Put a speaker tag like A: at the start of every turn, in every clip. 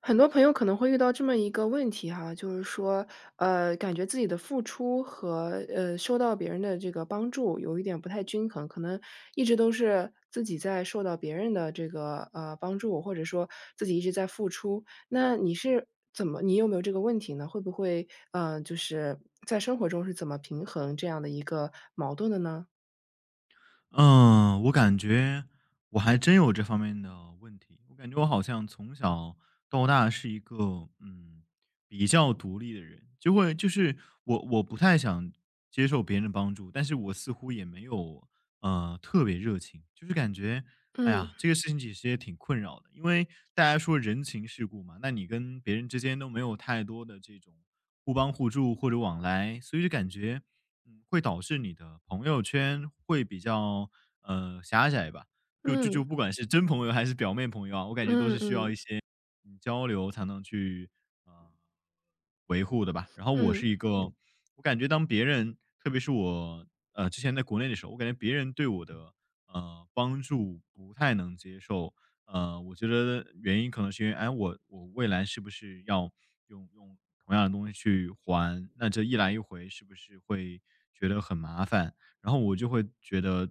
A: 很多朋友可能会遇到这么一个问题哈，就是说，感觉自己的付出和受到别人的这个帮助有一点不太均衡，可能一直都是自己在受到别人的这个帮助，或者说自己一直在付出。那你是怎么，你有没有这个问题呢？会不会就是在生活中是怎么平衡这样的一个矛盾的呢？
B: 嗯，我感觉我还真有这方面的问题。我感觉我好像从小到大是一个比较独立的人，就是我不太想接受别人的帮助，但是我似乎也没有特别热情，就是感觉哎
A: 嗯
B: 呀这个事情其实也挺困扰的，因为大家说人情世故嘛，那你跟别人之间都没有太多的这种互帮互助或者往来，所以就感觉。嗯，会导致你的朋友圈会比较，狭窄吧。就就
A: 嗯
B: 就不管是真朋友还是表面朋友啊，我感觉都
A: 嗯
B: 是
A: 嗯
B: 需要
A: 嗯
B: 一些，嗯，交流才能去，呃，维护的吧。然后我
A: 嗯。
B: 是一个我感觉当别人特别是我，之前在国内的时候，我感觉别人对我的，帮助不太能接受。我觉得原因可能是因为，哎，我未来是不是要用同样的东西去还？那这一来一回是不是会觉得很麻烦？然后我就会觉得，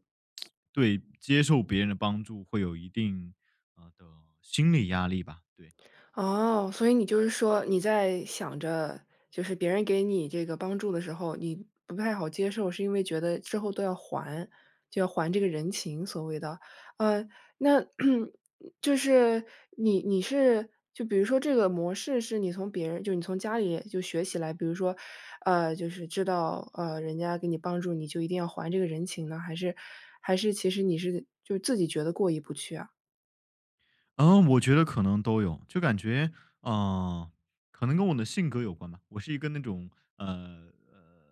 B: 对接受别人的帮助会有一定的心理压力吧。对，
A: 哦，所以你就是说你在想着，就是别人给你这个帮助的时候，你不太好接受，是因为觉得之后都要还，就要还这个人情，所谓的。呃，那 就是你是就比如说这个模式是你从别人，就你从家里就学起来，比如说，就是知道人家给你帮助，你就一定要还这个人情呢，还是其实你是就自己觉得过意不去啊？
B: 嗯，我觉得可能都有，就感觉，嗯、呃可能跟我的性格有关吧，我是一个那种呃呃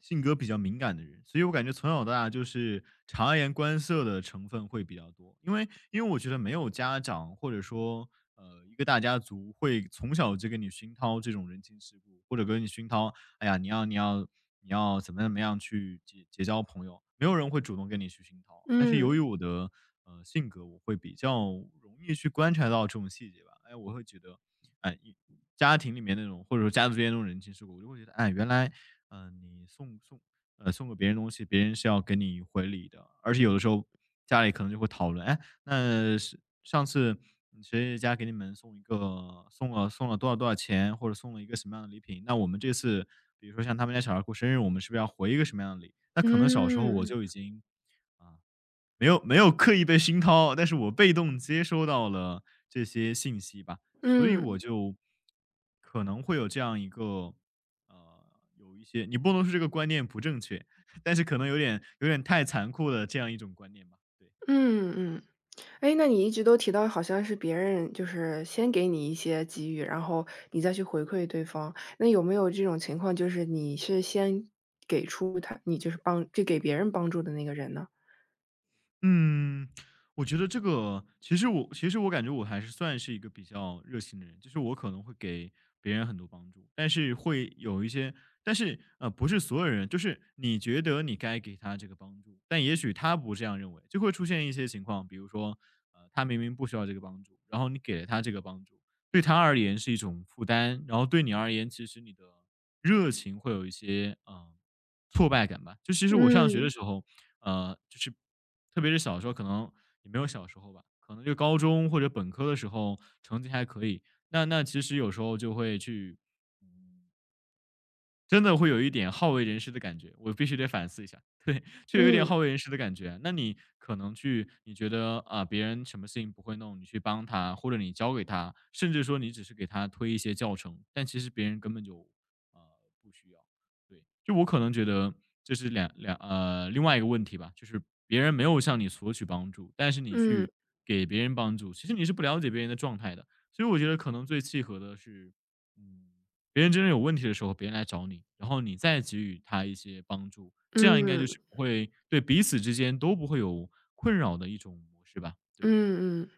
B: 性格比较敏感的人，所以我感觉从小到大就是察言观色的成分会比较多，因为我觉得没有家长或者说一个大家族会从小就跟你熏陶这种人情世故，或者跟你熏陶，哎呀你要怎么样去结交朋友，没有人会主动跟你去熏陶，但是由于
A: 嗯
B: 我的性格，我会比较容易去观察到这种细节吧，哎我会觉得哎。家庭里面那种，或者说家族之间那种人情世故，我就会觉得，哎，原来，嗯，你送给别人东西，别人是要给你回礼的，而且有的时候家里可能就会讨论，哎，那是上次谁谁家给你们送一个送了多少多少钱，或者送了一个什么样的礼品，那我们这次比如说像他们家小孩过生日，我们是不是要回一个什么样的礼？那可能小时候我
A: 嗯
B: 就已经啊、没有刻意被熏陶，但是我被动接收到了这些信息吧，所以我
A: 嗯。
B: 就可能会有这样一个，呃，有一些你不能说这个观念不正确，但是可能有点太残酷的这样一种观念吧，对。
A: 嗯嗯，哎，那你一直都提到好像是别人就是先给你一些给予，然后你再去回馈对方。那有没有这种情况，就是你是先给出他，你就是帮，就给别人帮助的那个人呢？
B: 嗯，我觉得这个其实我感觉我还是算是一个比较热心的人，就是我可能会给别人很多帮助，但是会有一些，但是不是所有人，就是你觉得你该给他这个帮助，但也许他不这样认为，就会出现一些情况，比如说，他明明不需要这个帮助，然后你给了他这个帮助，对他而言是一种负担，然后对你而言，其实你的热情会有一些，挫败感吧。就其实我上学的
A: 嗯
B: 时候，就是特别是小时候，可能也没有小时候吧，可能就高中或者本科的时候成绩还可以，那其实有时候就会去。嗯真的会有一点好为人师的感觉，我必须得反思一下。对，就有一点
A: 嗯
B: 好为人师的感觉。那你可能去，你觉得啊，别人什么事情不会弄，你去帮他，或者你教给他，甚至说你只是给他推一些教程，但其实别人根本就呃不需要。对，就我可能觉得这是两两呃另外一个问题吧，就是别人没有向你索取帮助，但是你
A: 嗯嗯
B: 去给别人帮助，其实你是不了解别人的状态的。所以我觉得可能最契合的是，嗯，别人真正有问题的时候，别人来找你，然后你再给予他一些帮助，这样应该就是
A: 嗯
B: 不会对彼此之间都不会有困扰的一种模式吧？对。
A: 嗯嗯。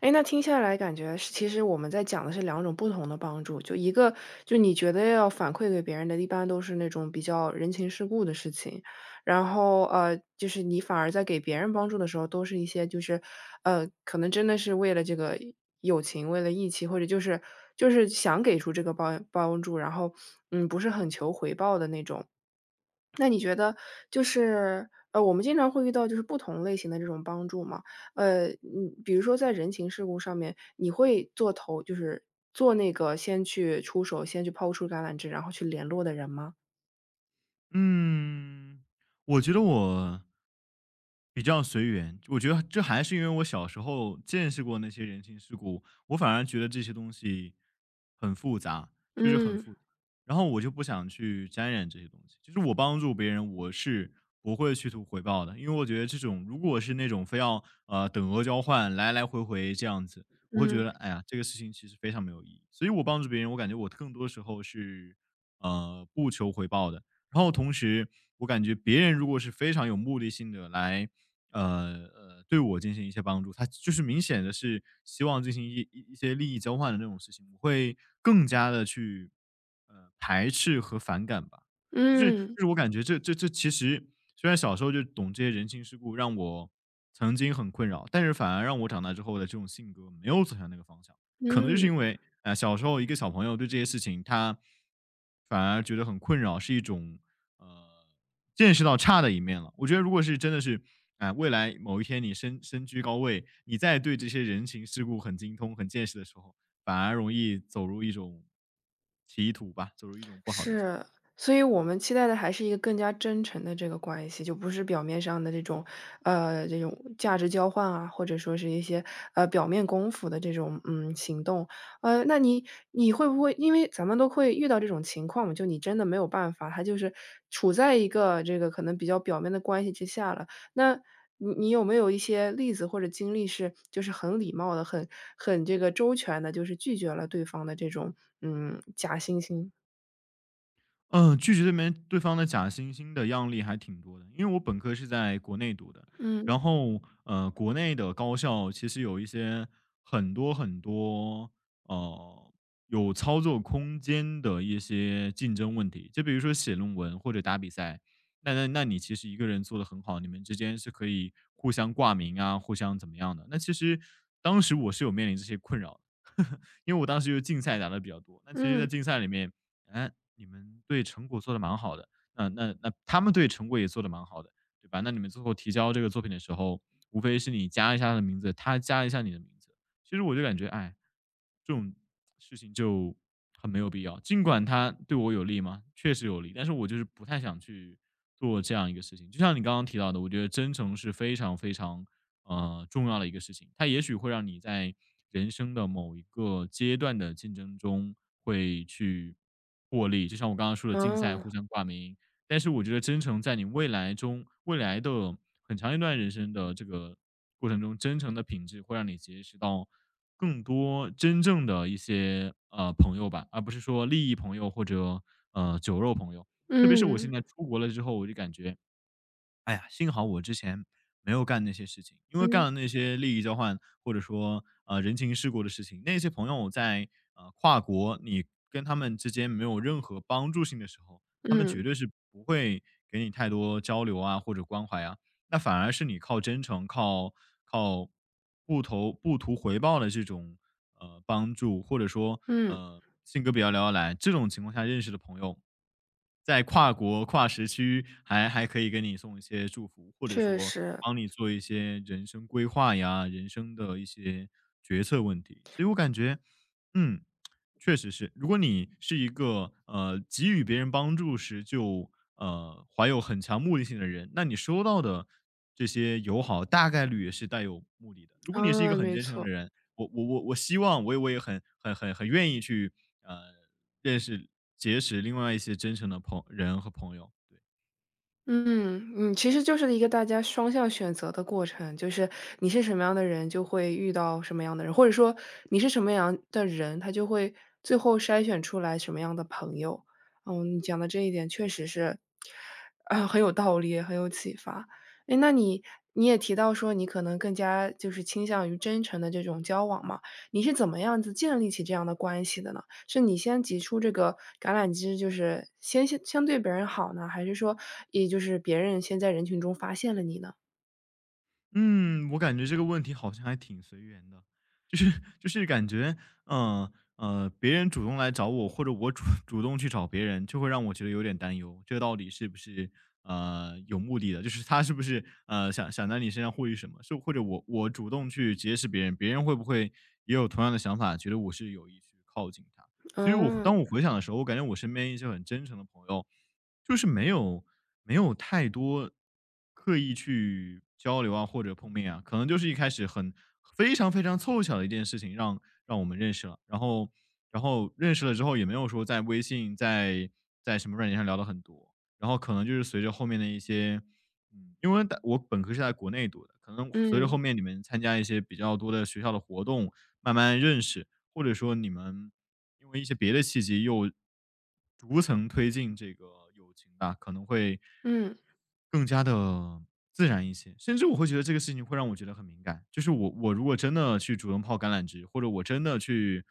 A: 哎，那听下来感觉是其实我们在讲的是两种不同的帮助，就一个就你觉得要反馈给别人的，一般都是那种比较人情世故的事情，然后，就是你反而在给别人帮助的时候，都是一些就是，可能真的是为了这个友情，为了义气，或者就是想给出这个帮助，然后，不是很求回报的那种。那你觉得就是，我们经常会遇到就是不同类型的这种帮助嘛，比如说在人情世故上面，你会做头就是做那个先去出手，先去抛出橄榄枝，然后去联络的人吗？
B: 嗯，我觉得我比较随缘，我觉得这还是因为我小时候见识过那些人情世故，我反而觉得这些东西很复杂，就是很
A: 嗯，
B: 复杂。然后我就不想去沾染这些东西，就是我帮助别人，我是不会去图回报的，因为我觉得这种如果是那种非要等额交换，来来回回这样子，我会觉
A: 嗯，
B: 得哎呀，这个事情其实非常没有意义。所以我帮助别人，我感觉我更多时候是不求回报的。然后同时，我感觉别人如果是非常有目的性的来，呃对我进行一些帮助，他就是明显的是希望进行一些利益交换的那种事情，我会更加的去，排斥和反感吧。就是就
A: 嗯，
B: 是我感觉这其实虽然小时候就懂这些人情世故，让我曾经很困扰，但是反而让我长大之后的这种性格没有走向那个方向。可能就是
A: 嗯。
B: 因为，小时候一个小朋友对这些事情，他反而觉得很困扰，是一种呃见识到差的一面了。我觉得如果是真的是，未来某一天你身居高位，你再对这些人情世故很精通、很见识的时候，反而容易走入一种歧途吧，走入一种不好的结
A: 是，
B: 果。
A: 所以我
B: 嗯。
A: 们期待的还是一个更加真诚的这个关系，就不是表面上的这种，这种价值交换啊，或者说是一些表面功夫的这种行动。那你会不会因为咱们都会遇到这种情况嘛？就你真的没有办法，他就是处在一个这个可能比较表面的关系之下了。那你有没有一些例子或者经历是，就是很礼貌的、很这个周全的，就是拒绝了对方的这种假惺惺？
B: 嗯，拒绝对面对方的假惺惺的样例还挺多的。因为我本科是在国内读的，
A: 嗯。
B: 然后国内的高校其实有一些很多呃有操作空间的一些竞争问题，就比如说写论文或者打比赛，那你其实一个人做的很好，你们之间是可以互相挂名啊，互相怎么样的。那其实当时我是有面临这些困扰的，因为我当时就竞赛打的比较多。那其实，在
A: 嗯，
B: 竞赛里面，哎，你们对成果做的蛮好的，那他们对成果也做的蛮好的，对吧？那你们最后提交这个作品的时候，无非是你加一下他的名字，他加一下你的名字。其实我就感觉，哎，这种事情就很没有必要。尽管它对我有利吗？确实有利，但是我就是不太想去做这样一个事情。就像你刚刚提到的，我觉得真诚是非常非常重要的一个事情，它也许会让你在人生的某一个阶段的竞争中，会去获利。就像我刚刚说的竞赛
A: 哦，
B: 互相挂名，但是我觉得真诚在你未来的很长一段人生的这个过程中，真诚的品质会让你结识到更多真正的一些，朋友吧，而不是说利益朋友或者，酒肉朋友。特别是我现
A: 嗯，
B: 在出国了之后，我就感觉哎呀，幸好我之前没有干那些事情，因为干
A: 嗯，
B: 了那些利益交换，或者说人情世故的事情，那些朋友在跨国，你跟他们之间没有任何帮助性的时候，他们
A: 嗯，
B: 绝对是不会给你太多交流啊或者关怀啊。那反而是你靠真诚、靠不投不图回报的这种帮助，或者说
A: 嗯，
B: 性格比较聊得来这种情况下认识的朋友，在跨国跨时区还可以给你送一些祝福，或者
A: 确
B: 说
A: 实，
B: 帮你做一些人生规划呀、人生的一些决策问题。所以我感觉，嗯，确实是，如果你是一个给予别人帮助时就怀有很强目的性的人，那你收到的这些友好大概率也是带有目的的。如果你是一
A: 啊，
B: 个很
A: 没
B: 真诚的
A: 错。
B: 人，我希望我也很愿意去呃认识结识另外一些真诚的朋人和朋友。对。
A: 嗯嗯，其实就是一个大家双向选择的过程，就是你是什么样的人，就会遇到什么样的人，或者说你是什么样的人，他就会最后筛选出来什么样的朋友。嗯，你讲的这一点确实是，啊，很有道理，很有启发。诶，那你也提到说，你可能更加就是倾向于真诚的这种交往嘛，你是怎么样子建立起这样的关系的呢？是你先挤出这个橄榄枝，就是先相对别人好呢，还是说也就是别人先在人群中发现了你呢？
B: 嗯，我感觉这个问题好像还挺随缘的，就是感觉，嗯别人主动来找我，或者我主动去找别人，就会让我觉得有点担忧，这到底是不是有目的的？就是他是不是想在你身上获取什么？是或者我主动去结识别人，别人会不会也有同样的想法，觉得我是有意去靠近他？所以我
A: 嗯，
B: 当我回想的时候，我感觉我身边一些很真诚的朋友。就是没有太多刻意去交流啊，或者碰面啊，可能就是一开始很非常非常凑巧的一件事情让我们认识了，然后认识了之后也没有说在微信在什么软件上聊的很多，然后可能就是随着后面的一些，嗯，因为在我本科是在国内读的，可能随着后
A: 嗯，
B: 面你们参加一些比较多的学校的活动，慢慢认识，或者说你们因为一些别的契机又逐层推进这个友情吧，可能会
A: 嗯，
B: 更加的自然一些。甚至我会觉得这个事情会让我觉得很敏感，就是我如果真的去主动泡橄榄枝，或者我真的去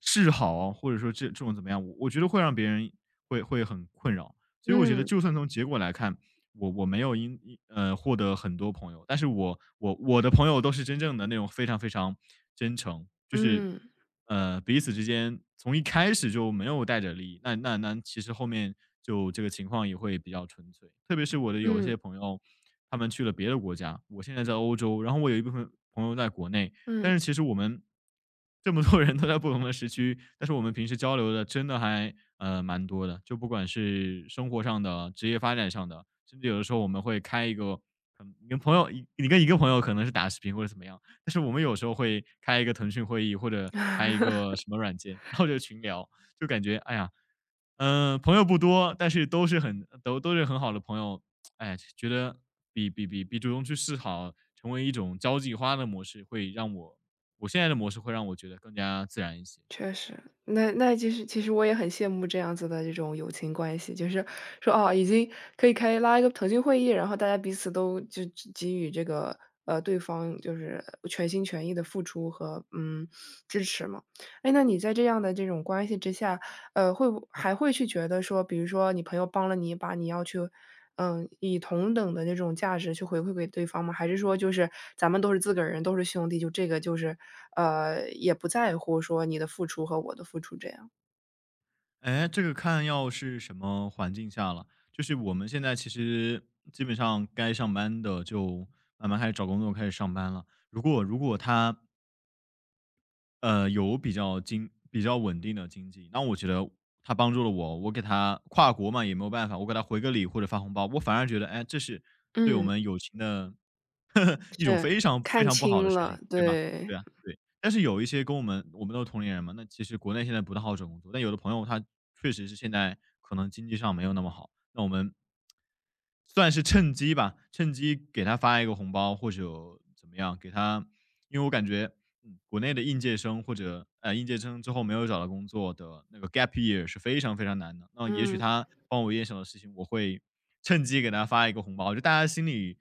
B: 示好啊，或者说这种怎么样，我觉得会让别人会很困扰。所以我觉得
A: 嗯，
B: 就算从结果来看，我没有因因呃，获得很多朋友，但是我的朋友都是真正的那种非常非常真诚，就是，
A: 嗯，
B: 呃，彼此之间从一开始就没有带着利益，那其实后面就这个情况也会比较纯粹。特别是我的有一
A: 嗯，
B: 些朋友，他们去了别的国家，我现在在欧洲，然后我有一部分朋友在国内，
A: 嗯，
B: 但是其实我们这么多人都在不同的时区，但是我们平时交流的真的还蛮多的，就不管是生活上的、职业发展上的，甚至有的时候我们会开一个，可能你跟朋友，你跟一个朋友可能是打视频或者怎么样，但是我们有时候会开一个腾讯会议或者开一个什么软件，然后就群聊，就感觉哎呀，朋友不多，但是都很好的朋友，哎，觉得比主动去示好，成为一种交际花的模式，会让我我现在的模式会让我觉得更加自然一些。
A: 确实。那其实我也很羡慕这样子的这种友情关系，就是说，哦，已经可以开拉一个腾讯会议，然后大家彼此都就给予这个，对方就是全心全意的付出和，支持嘛。哎，那你在这样的这种关系之下，会不还会去觉得说，比如说你朋友帮了你一把，你要去，以同等的那种价值去回馈给对方吗？还是说就是咱们都是自个儿人，都是兄弟，就这个就是，也不在乎说你的付出和我的付出这样？
B: 哎，这个看要是什么环境下了。就是我们现在其实基本上该上班的就慢慢开始找工作，开始上班了。如果他有比较稳定的经济，那我觉得他帮助了我，我给他跨国嘛，也没有办法，我给他回个礼或者发红包，我反而觉得，哎，这是对我
A: 嗯，
B: 们友情的 一种
A: 是，
B: 非常非
A: 看
B: 常不好的
A: 清
B: 事
A: 了，
B: 情，对吧？
A: 对，
B: 对啊，对。但是有一些跟我们都是同龄人嘛，那其实国内现在不太好找工作，但有的朋友他确实是现在可能经济上没有那么好，那我们算是趁机吧，趁机给他发一个红包，或者怎么样，给他，因为我感觉，嗯，国内的应届生或者应届生之后没有找到工作的那个 gap year 是非常非常难的。那也许
A: 嗯
B: 他帮我一件小的事情，我会趁机给他发一个红包，就大家心里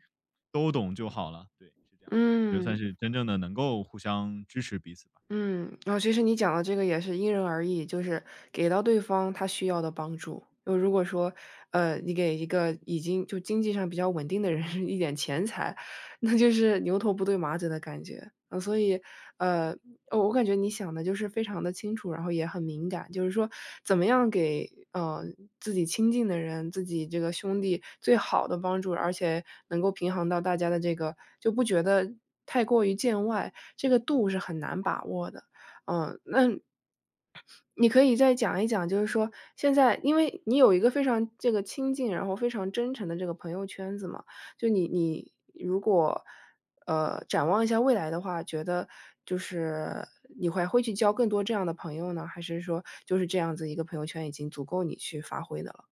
B: 都懂就好了。对，是这样的，我觉得算是
A: 嗯。
B: 真正的能够互相支持彼此吧。
A: 嗯，然后其实你讲的这个也是因人而异，就是给到对方他需要的帮助。就如果说，你给一个已经就经济上比较稳定的人 一点钱财，那就是牛头不对马嘴的感觉。嗯，所以，呃，哦我感觉你想的就是非常的清楚，然后也很敏感，就是说怎么样给自己亲近的人、自己这个兄弟最好的帮助，而且能够平衡到大家的这个，就不觉得太过于见外，这个度是很难把握的。嗯，那你可以再讲一讲，就是说现在因为你有一个非常这个亲近，然后非常真诚的这个朋友圈子嘛，就你如果，展望一下未来的话，觉得就是你还会去交更多这样的朋友呢？还是说就是这样子一个朋友圈已经足够你去发挥的了？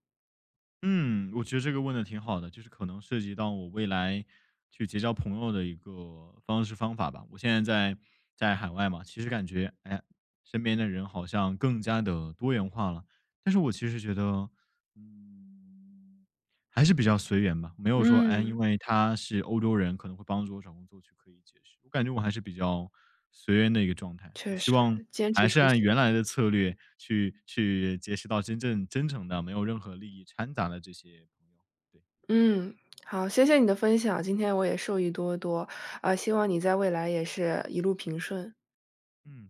B: 嗯，我觉得这个问的挺好的，就是可能涉及到我未来去结交朋友的一个方式方法吧。我现在在海外嘛，其实感觉，哎，身边的人好像更加的多元化了，但是我其实觉得，嗯还是比较随缘吧，没有说，哎，
A: 嗯，
B: 因为他是欧洲人，可能会帮助我找工作去可以解释。我感觉我还是比较随缘的一个状态，我
A: 确
B: 希望
A: 实，坚持
B: 还是
A: 初
B: 按原
A: 心。
B: 来的策略去结识到真正真诚的、没有任何利益掺杂的这些朋友。对。
A: 嗯，好，谢谢你的分享，今天我也受益多多，啊，希望你在未来也是一路平顺。
B: 嗯。